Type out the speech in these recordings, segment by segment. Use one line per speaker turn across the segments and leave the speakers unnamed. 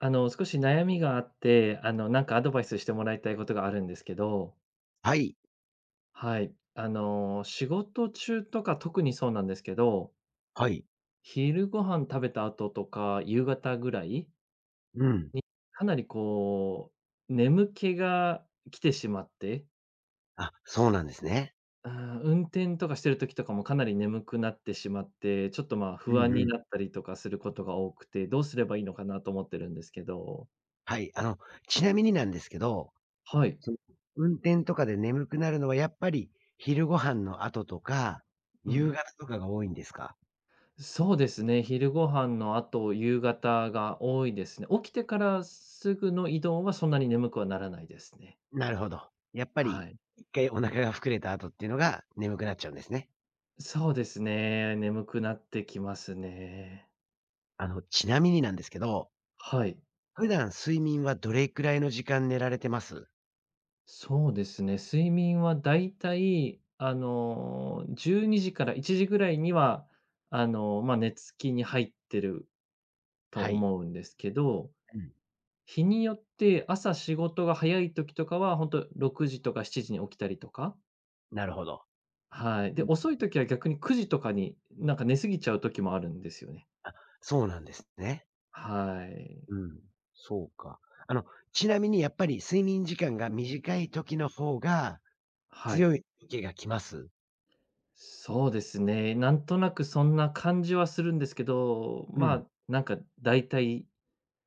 少し悩みがあって、なんかアドバイスしてもらいたいことがあるんですけど、
はい。
はい。仕事中とか特にそうなんですけど、
はい。
昼ご飯食べた後とか夕方ぐらい
うん。
に、かなりこう、眠気が来てしまって、
あ、そうなんですね。
うん、運転とかしてる時とかもかなり眠くなってしまって、ちょっとまあ
う
不
ん
安
う
に
ん。
なったりとかすることが多くて、どうすればいいのかなと思ってるんですけど。
はい。ちなみになんですけど、
はい。
その、運転とかで眠くなるのはやっぱり昼ご飯の後とか、
う
夕
ん。
方とかが多いんですか？
そうですね、昼ご飯の後、夕方が多いですね。起きてからすぐの移動はそんなに眠くはならないですね。
なるほど。やっぱ
は
り
い。
一回お腹が膨れた後っていうのが眠くなっちゃうんですね。
そうですね、眠くなってきますね。
ちなみになんですけど、
はい。
普段睡眠はどれくらいの時間寝られてます？
そうですね、睡眠はだいたい、12時から1時ぐらいには、まあ、寝つきに入ってると
はい。
思うんですけど、
うん。
日によって朝仕事が早い時とかは、本当6時とか7時に起きたりとか。
なるほど。
はい。で、遅い時は逆に9時とかに、なんか寝過ぎちゃう時もあるんですよね。
そうなんですね。
はい。
うん、そうか。あの、ちなみにやっぱり睡眠時間が短い時の方が、
はい。
強い時が来ます？
そうですね。なんとなくそんな感じはするんですけど、
う
ま
ん。
あ、なんか大体、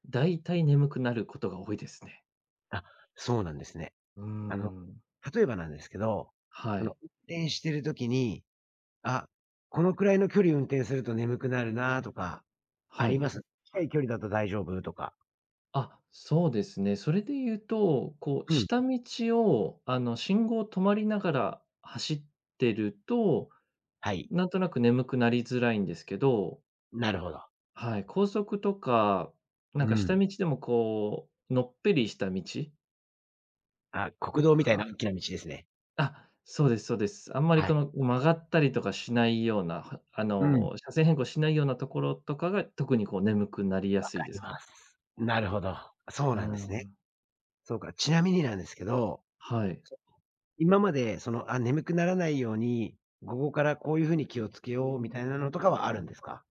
大体眠くなることが多いですね。
あ、そうなんですね。
うー
あの、
ん。
例えばなんですけど、
はい。
運転してる時に、あ、このくらいの距離運転すると眠くなるなとか、あ
は
り
い。
ます？近い距離だと大丈夫とか。
あ、そうですね。それで言うと、こう、
うん。
下道を、信号止まりながら走ってると、
はい。
なんとなく眠くなりづらいんですけど、
なるほど。
はい、高速とか、なん
う
か下
ん。
道でもこう、のっぺりした道
あ、国
と
道みたい
か、
な大きな道ですね。
あ、そうですそうです。あんまり
は
こ
い。
の曲がったりとかしないような、は
うん、あ
車線変更しないようなところとかが、特にこう眠くなりやすいで
り
す
ま
かね。
す。なるほど。そう
う
なんですね。
ん、
そうか。ちなみになんですけど
はい。
そう、今まで、あ、眠くならないように、午後からこういう風に気をつけようみたいなのとかはあるんですか？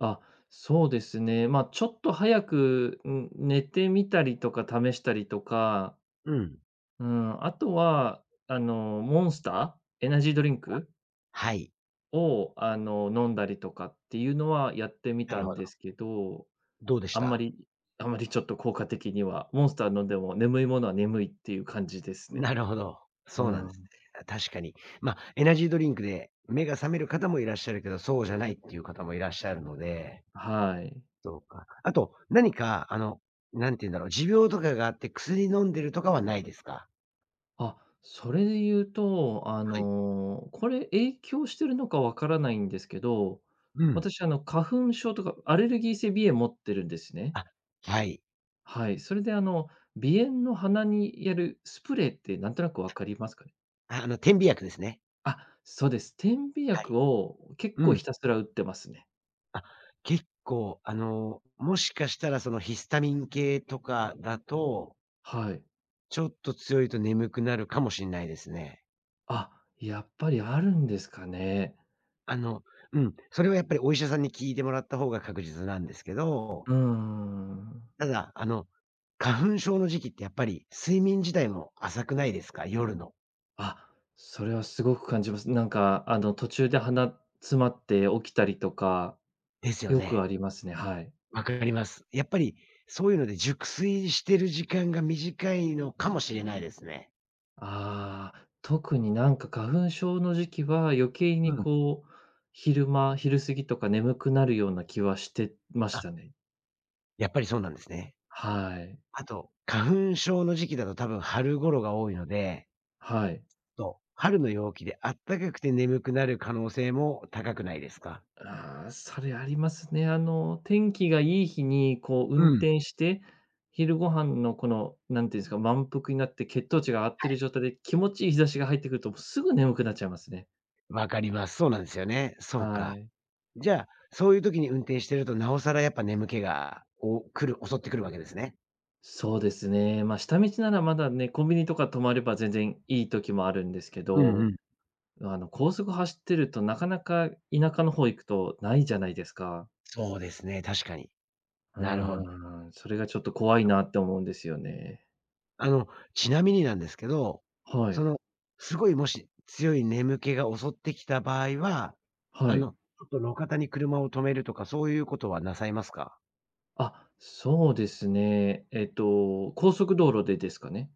あ、そうですね。まあ、ちょっと早く、ん、寝てみたりとか試したりとか、
うん。
うん、あとは、モンスター、エナジードリンク
はい。
を、飲んだりとかっていうのはやってみ
な
た
る
ん
ほ
です
ど。
けど、
どうでし
あんま
た？
りあんまりちょっと効果的には、モンスター飲んでも眠いものは眠いっていう感じです
な
ね。
るほど。
う
そうなんです
ん。
ね。確かに。まあ、エナジードリンクで目が覚める方もいらっしゃるけど、そうじゃないっていう方もいらっしゃるので、
はい。
そうか。あと、何か、なんて言うんだろう、持病とかがあって薬飲んでるとかはないですか？
あ、それで言うと、
はい。
これ影響してるのかわからないんですけど、
うん。
私花粉症とかアレルギー性鼻炎持ってるんですね。
あ、はい。
はい、それで鼻炎の鼻にやるスプレーってなんとなくわかりますかね？
あ、点鼻薬ですね。
あ、そうです。点鼻
はい。
薬を結
う
構
ん。
ひたすら打ってますね。
あ、結構、もしかしたらそのヒスタミン系とかだと、
はい。
ちょっと強いと眠くなるかもしんないですね。
あ、やっぱりあるんですかね。
あの、うん、それはやっぱりお医者さんに聞いてもらった方が確実なんですけど、
うーん。
ただ、花粉症の時期ってやっぱり睡眠自体も浅くないですか？夜の。
あ、それはすごく感じます。なんか、途中で鼻詰まって起きたりとか、
ですよ
よくあ
ね。
りますね。はい。
わかります。やっぱりそういうので熟睡してる時間が短いのかもしれないですね。
ああ、特になんか花粉症の時期は余計
う
に
ん。
こう、昼間昼過ぎとか眠くなるような気はしてまし
あ、
たね。
やっぱりそうなんですね。
はい。
あと、花粉症の時期だと多分春頃が多いので、
はい。
と春の陽気であったかくて眠くなる可能性も高くないですか？
ああ、それありますね。天気がいい日にこう
う
運
ん。
転して、昼ご飯のこの、なんていうんですか、満腹になって血糖値が上がってる状態で気持ちいい日差しが入ってくると、もうすぐ眠くなっちゃいますね。
わかります。そうなんですよね。そう
は
か。
い。
じゃあ、そういう時に運転してるとなおさらやっぱ眠気が、お来る襲ってくるわけですね。
そうですね。まあ、下道ならまだね、コンビニとか泊まれば全然いい時もあるんですけ
うんう
ど、
ん。
高速走ってるとなかなか田舎の方行くとないじゃないですか。
そうですね、確かに。
う
なるほど。
ーん、それがちょっと怖いなって思うんですよね。
あの、ちなみになんですけど、
は
そ
い、
の、すごいもし強い眠気が襲ってきた場合は、
はい。
ちょっと路肩に車を止めるとか、そういうことはなさいますか？
あ、そうですね。えっと、高速道路でですかね？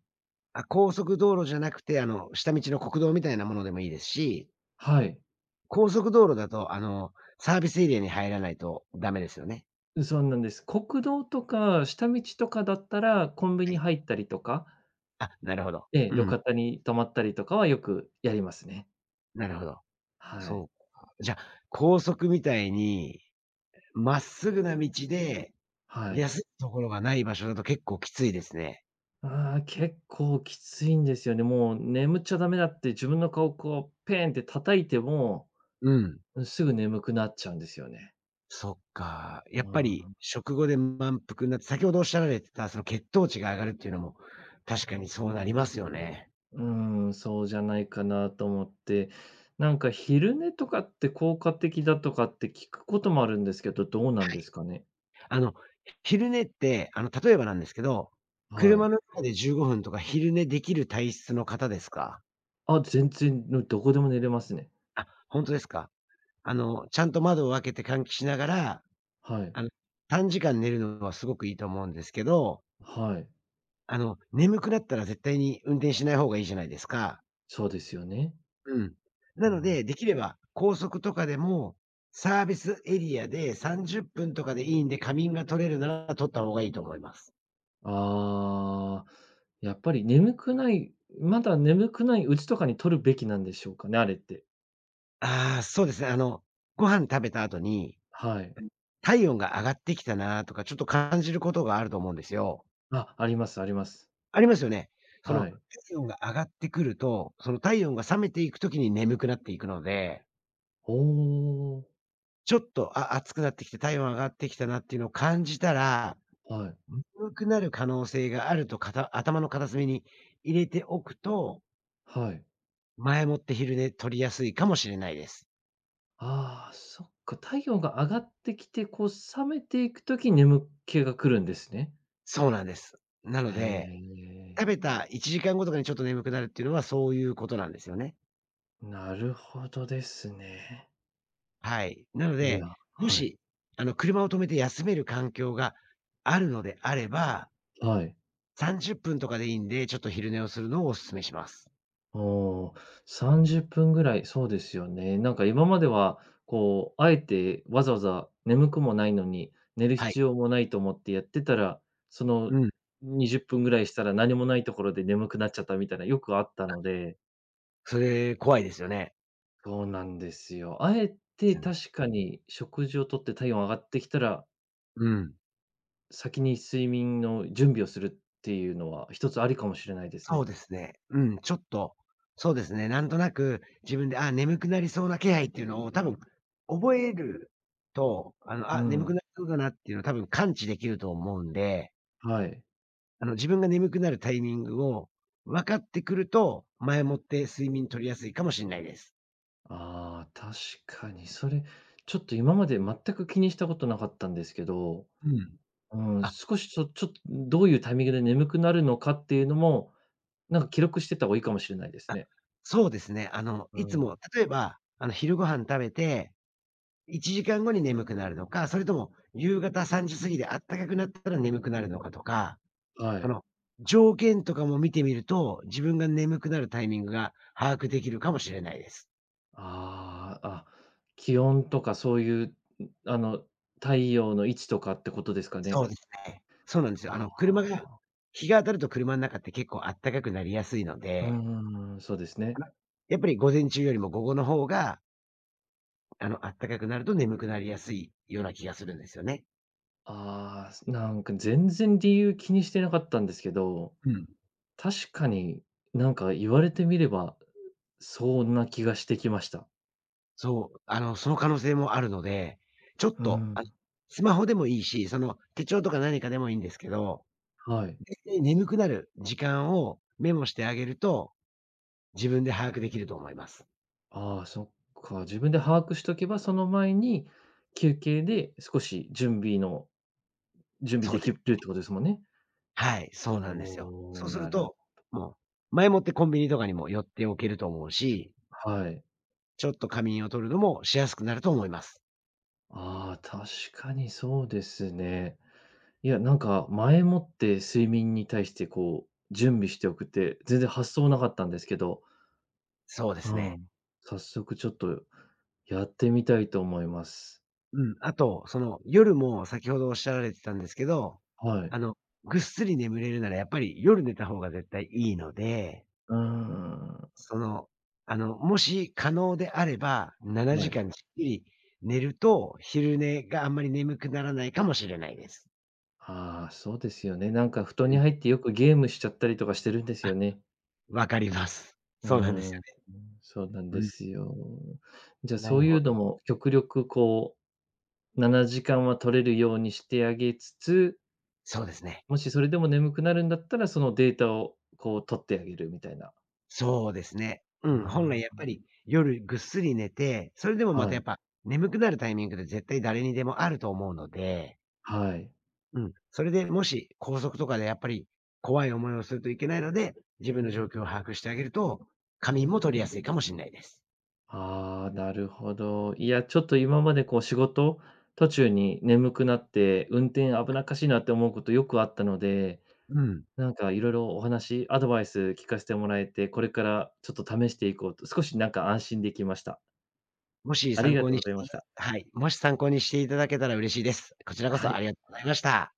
あ、高速道路じゃなくて、下道の国道みたいなものでもいいですし、
はい。
高速道路だと、サービスエリアに入らないとダメですよね。
そうなんです。国道とか下道とかだったら、コンビ
は
ニ
い。
入ったりとか、
あ、なるほど。
ええ、
う
路
ん、
肩に止まったりとかはよくやりますね。
なるほど。
は
そ
い。
うか。じゃあ、高速みたいに、まっすぐな道で、
はい。
休むところがない場所だと結構きついですね。
ああ、結構きついんですよね。もう眠っちゃダメだって自分の顔をこうペーンって叩いても、
うん。
うん、すぐ眠くなっちゃうんですよね。
そっか。
う
やっぱ
ー
り
ん。
食後で満腹になって、先ほどおっしゃられてた、その血糖値が上がるっていうのも、確かにそうなりますよね。
うーん、そうじゃないかなと思って、なんか昼寝とかって効果的だとかって聞くこともあるんですけど、どうなんですかね？
あの、昼寝って、例えばなんですけど、
は
車
い。
の中で15分とか昼寝できる体質の方ですか？
あ、全然、ぬどこでも寝れますね。
あ、本当ですか。ちゃんと窓を開けて換気しながら、
はい。
あの、短時間寝るのはすごくいいと思うんですけど、
はい。
眠くなったら絶対に運転しない方がいいじゃないですか。
そうですよね。
うん。な
う
の
ん。
で、できれば高速とかでも、サービスエリアで30分とかでいいんで、仮眠が取れるなら取った方がいいと思います。
ああ、やっぱり眠くない、まだ眠くないうちとかに取るべきなんでしょうかね、あれって。
ああ、そうですね。ご飯食べた後に、
はい。
体温が上がってきたなとか、ちょっと感じることがあると思うんですよ。
あ、ありますあります。
ありますよね。そ
は
の、
い。
体温が上がってくると、その体温が冷めていくときに眠くなっていくので、
おお、
ちょっと、あ、暑くなってきて体温上がってきたなっていうのを感じたら、
はい、
眠くなる可能性があると、頭の片隅に入れておくと、
はい。
前もって昼寝取りやすいかもしれないです。
ああ、そっか、太陽が上がってきて、こう冷めていくときに眠気が来るんですね。
そうなんです。なの
へ
で、食
え、
べた1時間後とかにちょっと眠くなるっていうのはそういうことなんですよね。
なるほどですね。
はい。なの
い
で、
や、
も
はい、
し、車を止めて休める環境があるのであれば、
はい。
30分とかでいいんで、ちょっと昼寝をするのをお勧めします。
おお、30分ぐらい、そうですよね。なんか今までは、こう、あえてわざわざ眠くもないのに、寝る
はい。
必要もないと思ってやってたら、その
うん。
20分ぐらいしたら何もないところで眠くなっちゃったみたいな、よくあったので、
それ怖いですよね。
そうなんですよ。あえ
です
て
よね。
確かに食事をとって体温上がってきたら、
うん。
先に睡眠の準備をするっていうのは一つありかもしれないです
そう
ね。
ですね。うん、ちょっと、そうですね、なんとなく自分で、あ、眠くなりそうな気配っていうのを多分覚えると、
う
あ、眠く
ん。
なりそうだなっていうのを多分感知できると思うんで、
はい。
自分が眠くなるタイミングを分かってくると、前もって睡眠取りやすいかもしれないです。
ああ、確かにそれ、ちょっと今まで全く気にしたことなかったんですけど、
うん。
うん、
あ、
少しちょっとどういうタイミングで眠くなるのかっていうのも、なんか記録してた方がいいかもしれないで
あ、
すね。
そうですね。
う
いつも、
ん。
例えば、昼ご飯食べて、1時間後に眠くなるのか、それとも夕方3時過ぎであったかくなったら眠くなるのかとか
は
そ
い。
の、条件とかも見てみると、自分が眠くなるタイミングが把握できるかもしれないです。
ああ、あ、気温とかそういう、ん、太陽の位置とかってことですか
そ
ね？
うですね。そうなんですよ。
あ
車が
あ、
日が当たると車の中って結構あったかくなりやすいの
う
で、
ーん、そうです
あ
ね。
のやっぱり午前中よりも午後の方が、あったかくなると眠くなりやすいような気がするんですよね。
ああ、すなんか全然理由気にしてなかったんですけど、
うん。
確かに、なんか言われてみれば、そんな気がしてきました。
そう、その可能性もあるので、ちょっ
う
と、
ん、
あ、スマホでもいいし、手帳とか何かでもいいんですけど、
はい。
絶対眠くなる時間をメモしてあげると自分で把握できると思います。
ああ、そっか、自分で把握しとけば、その前に休憩で少し準備
そう
で
で
き
す。
るってことですもんね。
はい、そうなんですよ。
お
そ
お、
うする
なる
と、もう、前もってコンビニとかにも寄っておけると思うし、
はい。
ちょっと仮眠を取るのもしやすくなると思います。
ああ、確かにそうですね。いや、なんか前もって睡眠に対してこう、準備しておくって、全然発想なかったんですけど、
そうで
う
すね。
ん、早速ちょっとやってみたいと思います。
うん、あと、夜も先ほどおっしゃられてたんですけど、
は
あ
い。
の、ぐっすり眠れるならやっぱり夜寝た方が絶対いいので、
うーん。
その、もし可能であれば、7
はい。
時間じっくり寝ると、昼寝があんまり眠くならないかもしれないです。
ああ、そうですよね。なんか布団
う
に入
ん。
ってよくゲームしちゃったりとかしてるんですよね。
分かります。
うー
そうなんです
ん、そうなん
よ
で
ね。
すよ。じゃ
う
あ
ん。な
そ
る
う
ほ
いう
ど。
のも極力こう、7時間は取れるようにしてあげつつ、
そうですね。
もしそれでも眠くなるんだったら、そのデータをこう取ってあげるみたいな。
そうですね。う
う
ん、本来やっ
ー
ぱり夜ぐっすり寝て、それでも
ん、
また
は
やっ
い、
ぱ眠くなるタイミングで絶対誰にでもあると思うので、
はい。
うん、それでもし高速とかでやっぱり怖い思いをするといけないので、自分の状況を把握してあげると、仮眠も取りやすいかもしれないです。
ああ、なるほど。いや、ちょっと今までこう仕事途中に眠くなって、運転危なっかしいなって思うことよくあったので、
うん。
なんかいろいろお話、アドバイス聞かせてもらえて、これからちょっと試していこうと、少しなんか安心できました。
もし
あり
参
が
考
とう
にし
ございました。
はい、もし参考にしていただけたら嬉しいです。こちらこ
は
そあ
い。
りがとうございました。